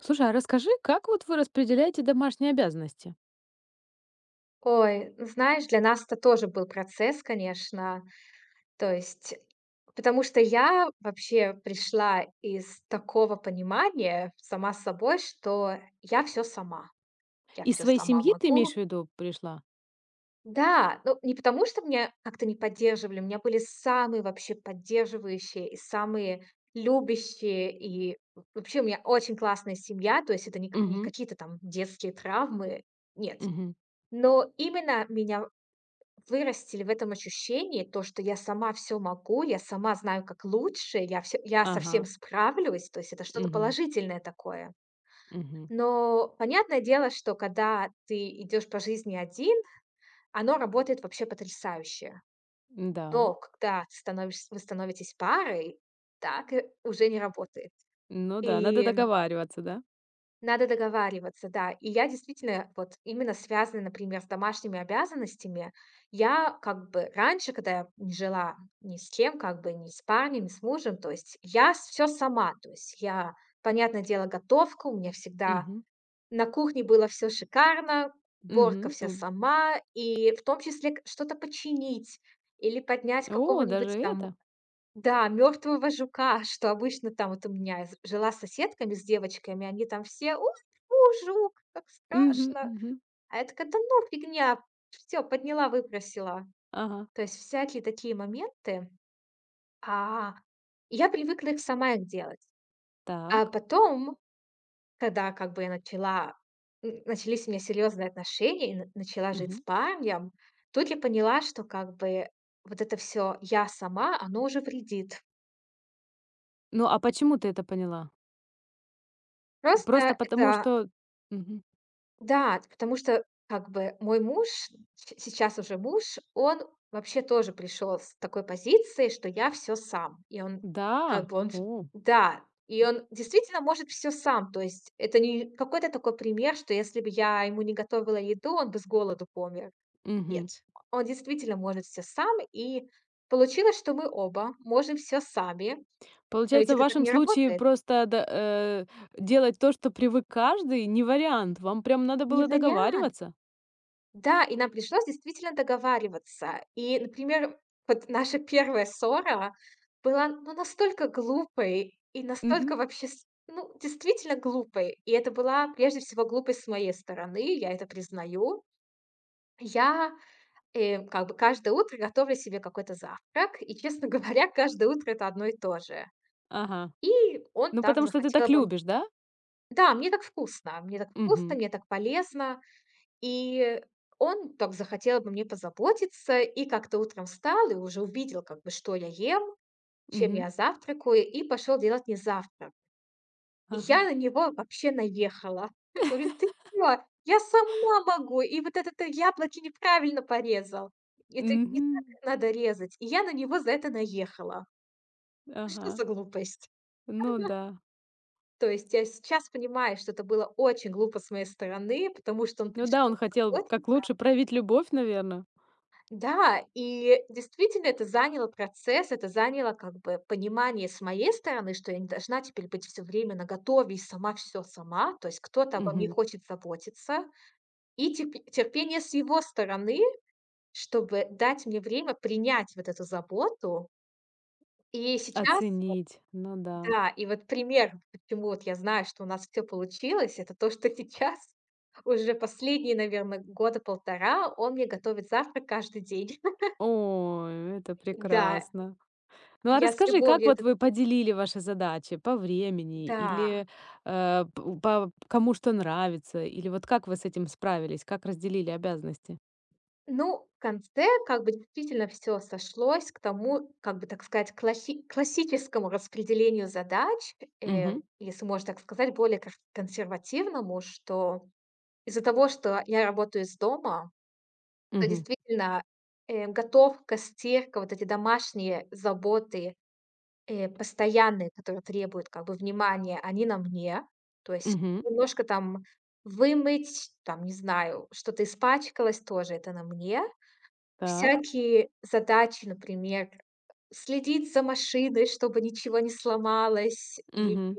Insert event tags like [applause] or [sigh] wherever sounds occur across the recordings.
Слушай, а расскажи, как вот вы распределяете домашние обязанности? Ой, ну, знаешь, для нас это тоже был процесс, конечно. То есть, потому что я вообще пришла из такого понимания сама с собой, что я все сама. Я Из все своей сама семьи ты могу. имеешь в виду пришла? Да, ну, не потому что меня как-то не поддерживали, у меня были самые вообще поддерживающие и самые любящие, и в вообще у меня очень классная семья, то есть это не к не Угу, какие-то там детские травмы, нет. угу, Но именно меня вырастили в этом ощущении, то, что я сама все могу, я сама знаю, как лучше, я совсем ага, всем справлюсь, то есть это что-то угу, положительное такое. угу. Но понятное дело, что когда ты идешь по жизни один, оно работает вообще потрясающе. Да, Но когда ты становишься вы становитесь парой, так, уже не работает. ну да, надо И договариваться, да? надо договариваться, да. И я действительно, вот именно связанная, например, с домашними обязанностями, я как бы раньше, когда я не жила ни с кем, как бы ни с парнем, ни с мужем, то есть я все сама, то есть я, понятное дело, готовка, у меня всегда Угу, на кухне было все шикарно, борка вся угу. сама, и в том числе что-то починить или поднять О, даже какого-нибудь там это? да, мертвого жука", [laughs] что обычно там вот у меня з жила с соседками, с девочками, они там все: "Ой, фу, жук, как Угу, страшно". угу, А я такая: "Да ну, фигня, все, подняла, выбросила". ага, То есть всякие такие моменты. А, я привыкла их сама их делать. А так. потом, когда как бы я начала н начались у меня серьезные отношения и на начала жить с Угу. парнем, тут я поняла, что как бы вот это все "я сама", оно уже вредит. Ну, а почему ты это поняла? Просто Просто потому, это. что Мгм. Да, потому что как бы мой муж, щ сейчас уже муж, он вообще тоже пришел с такой позиции, что я все сам. И он как Да, бы о, да, и он действительно может все сам. То есть это не какой-то такой пример, что если бы я ему не готовила еду, он бы с голоду помер. угу. Нет, он действительно может все сам. И получилось, что мы оба можем все сами, но ведь Получается, в это так вашем не случае работает. просто да, делать то, что привык каждый, не вариант. Вам прям надо Не было вариант. договариваться? Да, и нам пришлось действительно договариваться. И, например, вот наша первая ссора была, ну, настолько глупой и настолько Мгм. вообще, с- ну, действительно глупой. И это была прежде всего глупость с моей стороны, я это признаю. Я как бы каждое утро готовлю себе какой-то завтрак, и, честно [laughs] говоря, каждое утро это одно и то же. Ага. И он Ну, так потому что ты захотел так обо м-. любишь, да? Да, мне так вкусно, мне так вкусно, Мгм. мне так полезно. И он так захотел обо мне позаботиться и как-то утром встал и уже увидел, как бы, что я ем, чем Мгм. я завтракаю, и пошел делать мне завтрак. И я Ага. на него вообще наехала. [laughs] Я говорю: "Ты чё? Я сама могу! И вот это ты яблоки неправильно порезал. Это не так Мгм. их надо резать". И я на него за это наехала. Ну Ага. что за глупость? Ну [laughs] да. То есть я сейчас понимаю, что это было очень глупо с моей стороны, потому что он Ну да, пришел. он хотел как лучше проявить любовь, наверное. Да, и действительно это заняло процесс, это заняло как бы понимание с моей стороны, что я не должна теперь быть все время наготове и сама все сама, то есть кто-то обо мне Мгм. хочет заботиться, и терпение с его стороны, чтобы дать мне время принять вот эту заботу. И сейчас Оценить. Ну да. да, и вот пример, почему вот я знаю, что у нас все получилось, это то, что [laughs] сейчас уже последние, наверное года полтора он мне готовит завтрак каждый день. Ой, это [laughs] Да, прекрасно. Ну, а я с расскажи, как любовью вот это, вы поделили ваши задачи по времени да. или, п по кому что нравится, или вот как вы с этим справились, как разделили обязанности? Ну, в конце как бы действительно все сошлось к тому, как бы так сказать, классическому распределению задач, э, Угу, если можно так сказать, более кас консервативному, что из-за того, что я работаю из дома, то угу, действительно, готовка, стирка, вот эти домашние заботы. Постоянные, которые требуют как бы внимания, они на мне. То есть угу, немножко там вымыть, там, не знаю, что-то испачкалось, тоже это на мне. так. Всякие задачи, например, следить за машиной, чтобы ничего не сломалось, или Угу.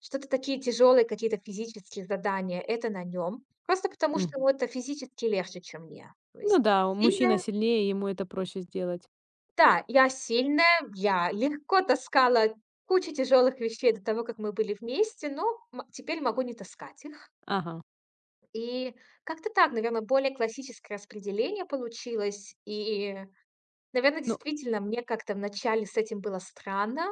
что-то такие тяжелые какие-то физические задания — это на нем. Просто потому, что ему это физически легче, чем мне. То Ну есть я да, мужчина сильная, сильнее, ему это проще сделать. да, я сильная, я легко таскала кучу тяжелых вещей до того, как мы были вместе, но теперь могу не таскать их. Ага. И как-то так, наверное, более классическое распределение получилось. И, наверное, Ну, действительно, мне как-то вначале с этим было странно,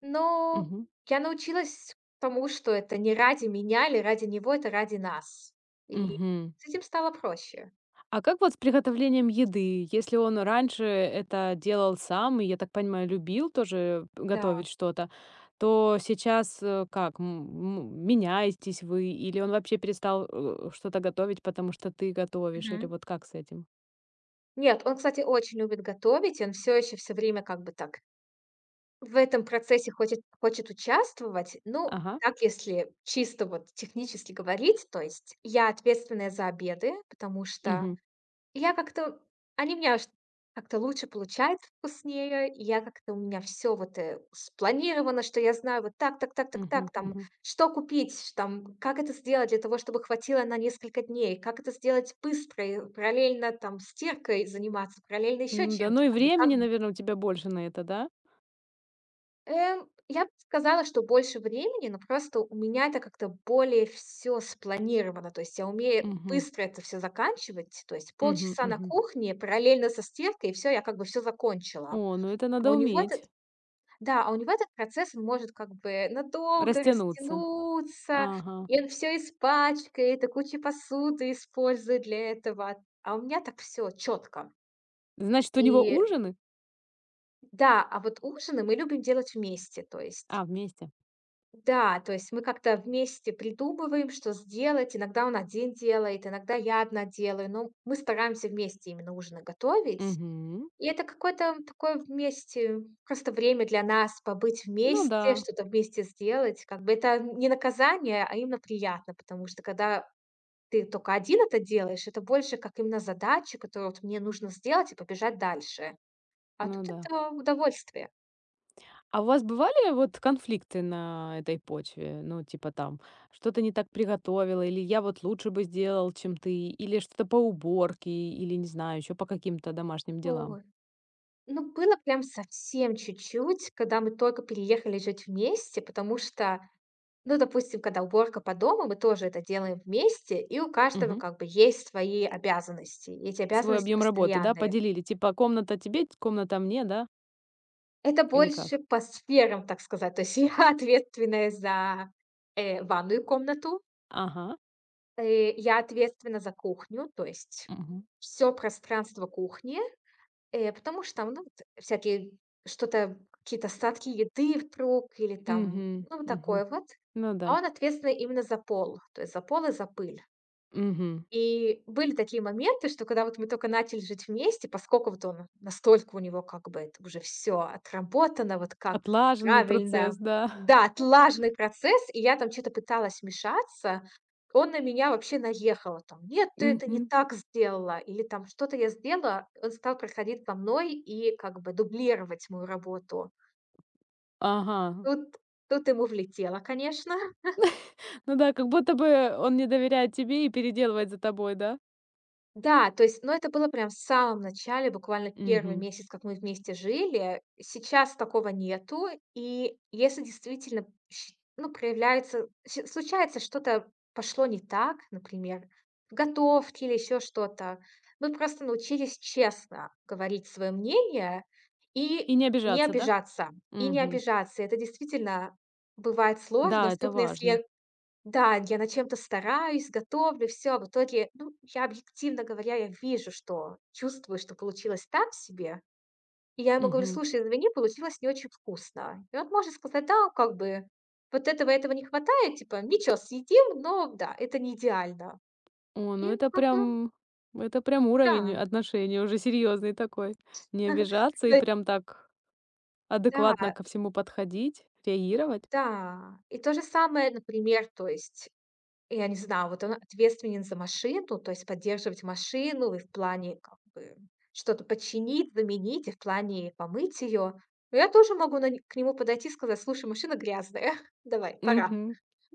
но угу, я научилась тому, что это не ради меня или ради него, это ради нас. И мгм. с этим стало проще. А как вот с приготовлением еды? Если он раньше это делал сам и, я так понимаю, любил тоже Да. готовить что-то, то сейчас, меняетесь вы или он вообще перестал, что-то готовить, потому что ты готовишь, или Мгм. вот как с этим? Нет, он, кстати, очень любит готовить, и он все еще все время как бы так в этом процессе хочет участвовать. Ну, Ага. так, если чисто вот технически говорить, то есть я ответственная за обеды, потому что Мгм. я как-то они у меня ш как-то лучше получаются, вкуснее. И я как-то у меня все вот, спланировано, что я знаю вот так так так так так, Мгм. там, Мгм. что купить, там, как это сделать для того, чтобы хватило на несколько дней, как это сделать быстро и параллельно там стиркой заниматься, параллельно еще М-да, ну чем-то, и как бы как. времени, наверное, у тебя больше на это, да? Я бы сказала, что больше времени, но просто у меня это как-то более все спланировано. То есть я умею Мгм. быстро это все заканчивать. То есть Мгм. полчаса на Мгм. кухне параллельно со стиркой, и все, я как бы все закончила. О, ну это А надо у него этот, уметь да, а у него этот процесс, он может как бы надолго растянуться. растянуться, Ага. и он все испачкает, и кучу посуды использует для этого. А у меня так все четко. Значит, у него И ужины? да, а вот ужины мы любим делать вместе. То есть А, вместе. да, то есть мы как-то вместе придумываем, что сделать. Иногда он один делает, иногда я одна делаю, но мы стараемся вместе именно ужины готовить. Мгм. И это какое-то такое вместе, просто время для нас побыть Ну вместе, да, что-то вместе сделать. Как бы это не наказание, а именно приятно, потому что когда ты только один это делаешь, это больше как именно задача, которую вот мне нужно сделать и побежать дальше. А ну тут да. это удовольствие. А у вас бывали вот конфликты на этой почве? Ну, типа там, что-то не так приготовила, или я вот лучше бы сделал, чем ты, или что-то по уборке, или, не знаю, еще по каким-то домашним делам. Ой. Ну, было прям совсем чуть-чуть, когда мы только переехали жить вместе, потому что, ну, допустим, когда уборка по дому, мы тоже это делаем вместе, и у каждого Мгм. как бы есть свои обязанности, и эти Свой обязанности объем работы, да, постоянные. поделили? Типа комната тебе, комната мне, да? Это Или больше как? по сферам, так сказать. То есть [laughs] я ответственная за, ванную комнату, Ага. Я ответственна за кухню, то есть Мгм. все пространство кухни. Потому что там, ну, вот всякие что-то, какие-то остатки еды вдруг или там, Мгм. ну, вот Мгм. такое вот. Ну А да. он ответственный именно за пол, то есть за пол и за пыль. Мгм. И были такие моменты, что когда вот мы только начали жить вместе, поскольку вот он настолько у него как бы это уже все отработано, вот как Отлаженный правильно, процесс, да. да, отлаженный процесс, и я там что то пыталась вмешаться, он на меня вообще наехал там: "Нет, [laughs] ты это не Мгм. так сделала!" Или там что-то я сделала, он стал проходить по мной и как бы дублировать мою работу. Ага. Тут тут ему влетело, конечно. Ну да, как будто бы он не доверяет тебе и переделывает за тобой, да? Да, то есть, ну, это было прям в самом начале, буквально первый Мгм. месяц, как мы вместе жили. Сейчас такого нету. И если действительно, щ ну, проявляется, щ случается что-то пошло не так, например, в готовке или еще что-то, мы просто научились честно говорить свое мнение И и не не обижаться, да? обижаться, и не Мгм. обижаться. Это действительно бывает сложно, Да, это особенно важно. если да, я над чем-то стараюсь, готовлю, все, а в итоге, ну, я, объективно говоря, я вижу, что чувствую, что получилось так себе. И я ему говорю: Мгм. "Слушай, извини, получилось не очень вкусно". И он может сказать: "Да, как бы вот этого, этого не хватает, типа, ничего, съедим, но да, это не идеально". О, И как бы это прям уровень да. отношений уже серьезный такой. Не [laughs] обижаться То и есть прям так адекватно да, ко всему подходить, реагировать. да. И то же самое, например, то есть я не знаю, вот он ответственен за машину, то есть поддерживать машину и в плане как бы что-то починить, заменить, и в плане помыть ее. Но я тоже могу на не к нему подойти и сказать: "Слушай, машина грязная, [laughs] давай, пора". Мгм.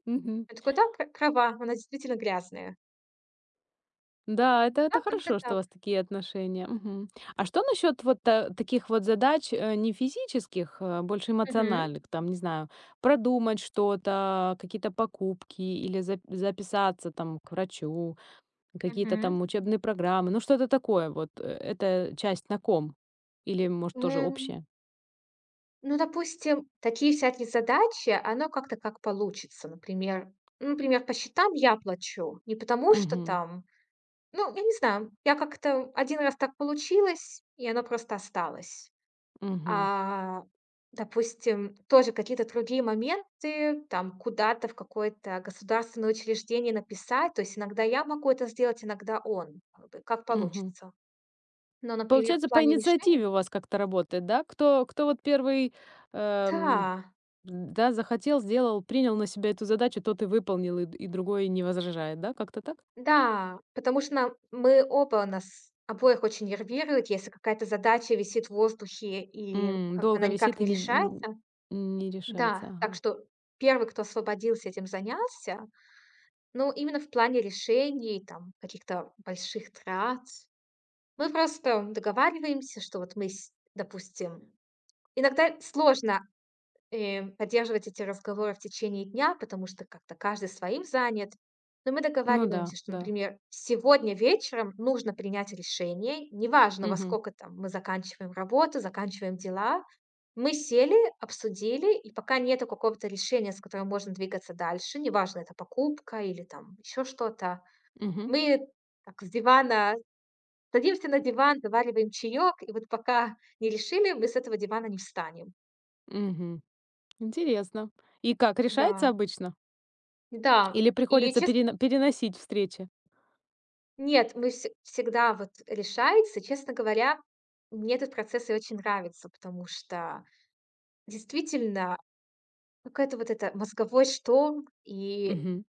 Мгм. Он такой: "Да, права, она действительно грязная". И Да, да, это как-то хорошо, что у так. вас такие отношения. Мгм. А что насчет вот та таких вот задач, не физических, а больше Мгм, эмоциональных? Там, не знаю, продумать что-то, какие-то покупки или за записаться там к врачу, какие-то мгм. там учебные программы, ну что-то такое вот. Э это часть на ком? Или, может, тоже Эм, общее? ну, допустим, такие всякие задачи, оно как-то как получится. Например, ну, например, по счетам я плачу не потому, что Мгм, там. Ну, я не знаю, я как-то один раз так получилось, и оно просто осталось. мгм, А, допустим, тоже какие-то другие моменты, там, куда-то в какое-то государственное учреждение написать. То есть иногда я могу это сделать, иногда он, как бы, как мгм. получится. Но, например, в Получается, по плане решений. инициативе у вас как-то работает, да? Кто вот первый эм, Да, да, захотел, сделал, принял на себя эту задачу, тот и выполнил, и другой не возражает, да, как-то так? да, потому что нам мы оба нас обоих очень нервирует, если какая-то задача висит в воздухе и М, как бы она долго никак висит не решается. не решается, Да, так ага. что первый, кто освободился, этим занялся, но именно в плане решений, там, каких-то больших трат. Мы просто договариваемся, что вот мы с допустим, иногда сложно и поддерживать эти разговоры в течение дня, потому что как-то каждый своим занят. Но мы Ну да, договариваемся, что, да. например, сегодня вечером нужно принять решение, неважно, во Мгм, сколько там мы заканчиваем работу, заканчиваем дела. Мы сели, обсудили, и пока нету какого-то решения, с которым можно двигаться дальше, неважно, это покупка или там еще что-то, мгм, мы так с дивана садимся на диван, завариваем чаек, и вот пока не решили, мы с этого дивана не встанем. мгм. Интересно. И как, решается Да, обычно? да. Или И, приходится честно. Переносить встречи? Нет, мы вс всегда вот решается. Честно говоря, мне этот процесс и очень нравится, потому что действительно какой-то вот это мозговой шторм и Мгм,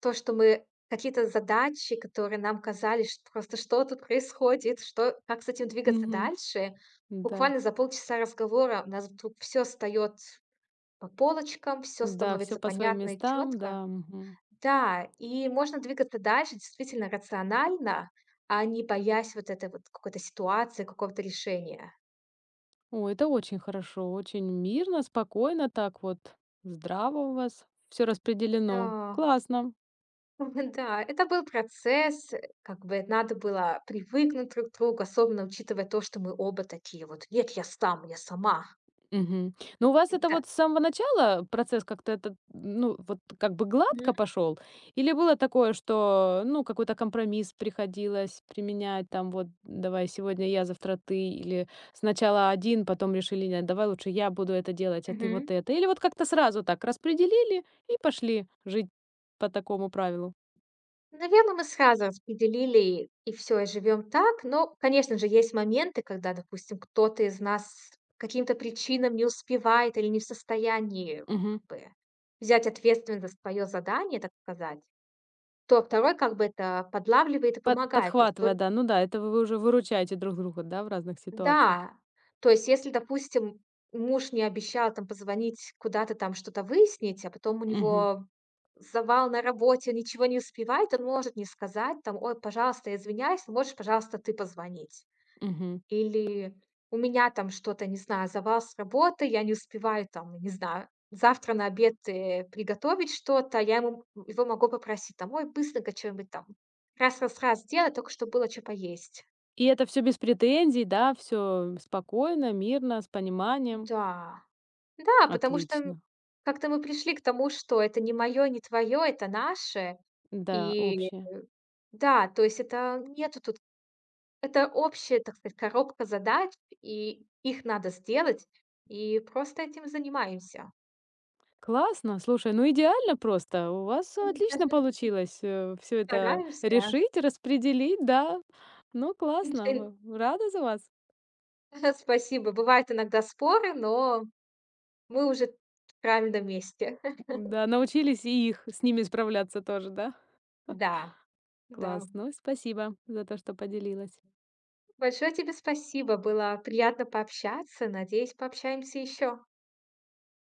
то, что мы какие-то задачи, которые нам казались ш просто: "Что тут происходит? Что как с этим двигаться мгм. дальше?" Да, Буквально за полчаса разговора у нас вдруг все встаёт по полочкам, все да, все становится по своим понятно и местам, четко. да, мгм. Да, и можно двигаться дальше действительно рационально, а не боясь вот этой вот какой-то ситуации, какого-то решения. О, это очень хорошо, очень мирно, спокойно так вот. Здраво у вас Все распределено. Да, Классно. [laughs] да, это был процесс, как бы надо было привыкнуть друг к другу, особенно учитывая то, что мы оба такие вот: "Нет, я сам, я сама". Мгм. Но у вас это Да. вот с самого начала процесс как-то этот, ну, вот как бы Мгм. гладко пошел, или было такое, что, ну, какой-то компромисс приходилось применять, там вот: "Давай сегодня я, завтра ты"? Или сначала один, потом решили: "Нет, давай лучше я буду это делать, а ты вот Мгм. это"? Или вот как-то сразу так распределили и пошли жить по такому правилу? Наверное, мы сразу распределили и все и живем так. Но, конечно же, есть моменты, когда, допустим, кто-то из нас по каким-то причинам не успевает или не в состоянии как Мгм. бы взять ответственность за свое задание, так сказать, то второй как бы это подлавливает и помогает. То есть то Подхватывая, да. Ну да, это вы уже выручаете друг друга, да, в разных ситуациях? да, то есть если, допустим, муж не обещал там позвонить куда-то там что-то выяснить, а потом у Мгм. него завал на работе, ничего не успевает, он может не сказать там: "Ой, пожалуйста, я извиняюсь, но можешь, пожалуйста, ты позвонить?" Мгм. Или: "У меня там что-то, не знаю, завал с работы, я не успеваю там, не знаю, завтра на обед, приготовить что-то". Я ему его могу попросить там: "Ой, быстренько чё-нибудь там раз раз раз сделай, только чтоб было что поесть". И это все без претензий, да, все спокойно, мирно, с пониманием. Да. Да, потому что, Отлично. как-то мы пришли к тому, что это не мое, не твое, это наше. Да, И общее. да, то есть это нету тут это общая, так сказать, коробка задач, и их надо сделать, и просто этим занимаемся. Классно, слушай, ну идеально просто. У вас отлично [laughs] получилось, все это Стараемся. решить, распределить, да. Ну, классно, [laughs] в рада за вас. Спасибо. Бывают иногда споры, но мы уже в правильном месте. [laughs] Да, научились и их с ними справляться тоже, да? Да, да. Класс. Ну, спасибо за то, что поделилась. Большое тебе спасибо. Было приятно пообщаться. Надеюсь, пообщаемся еще.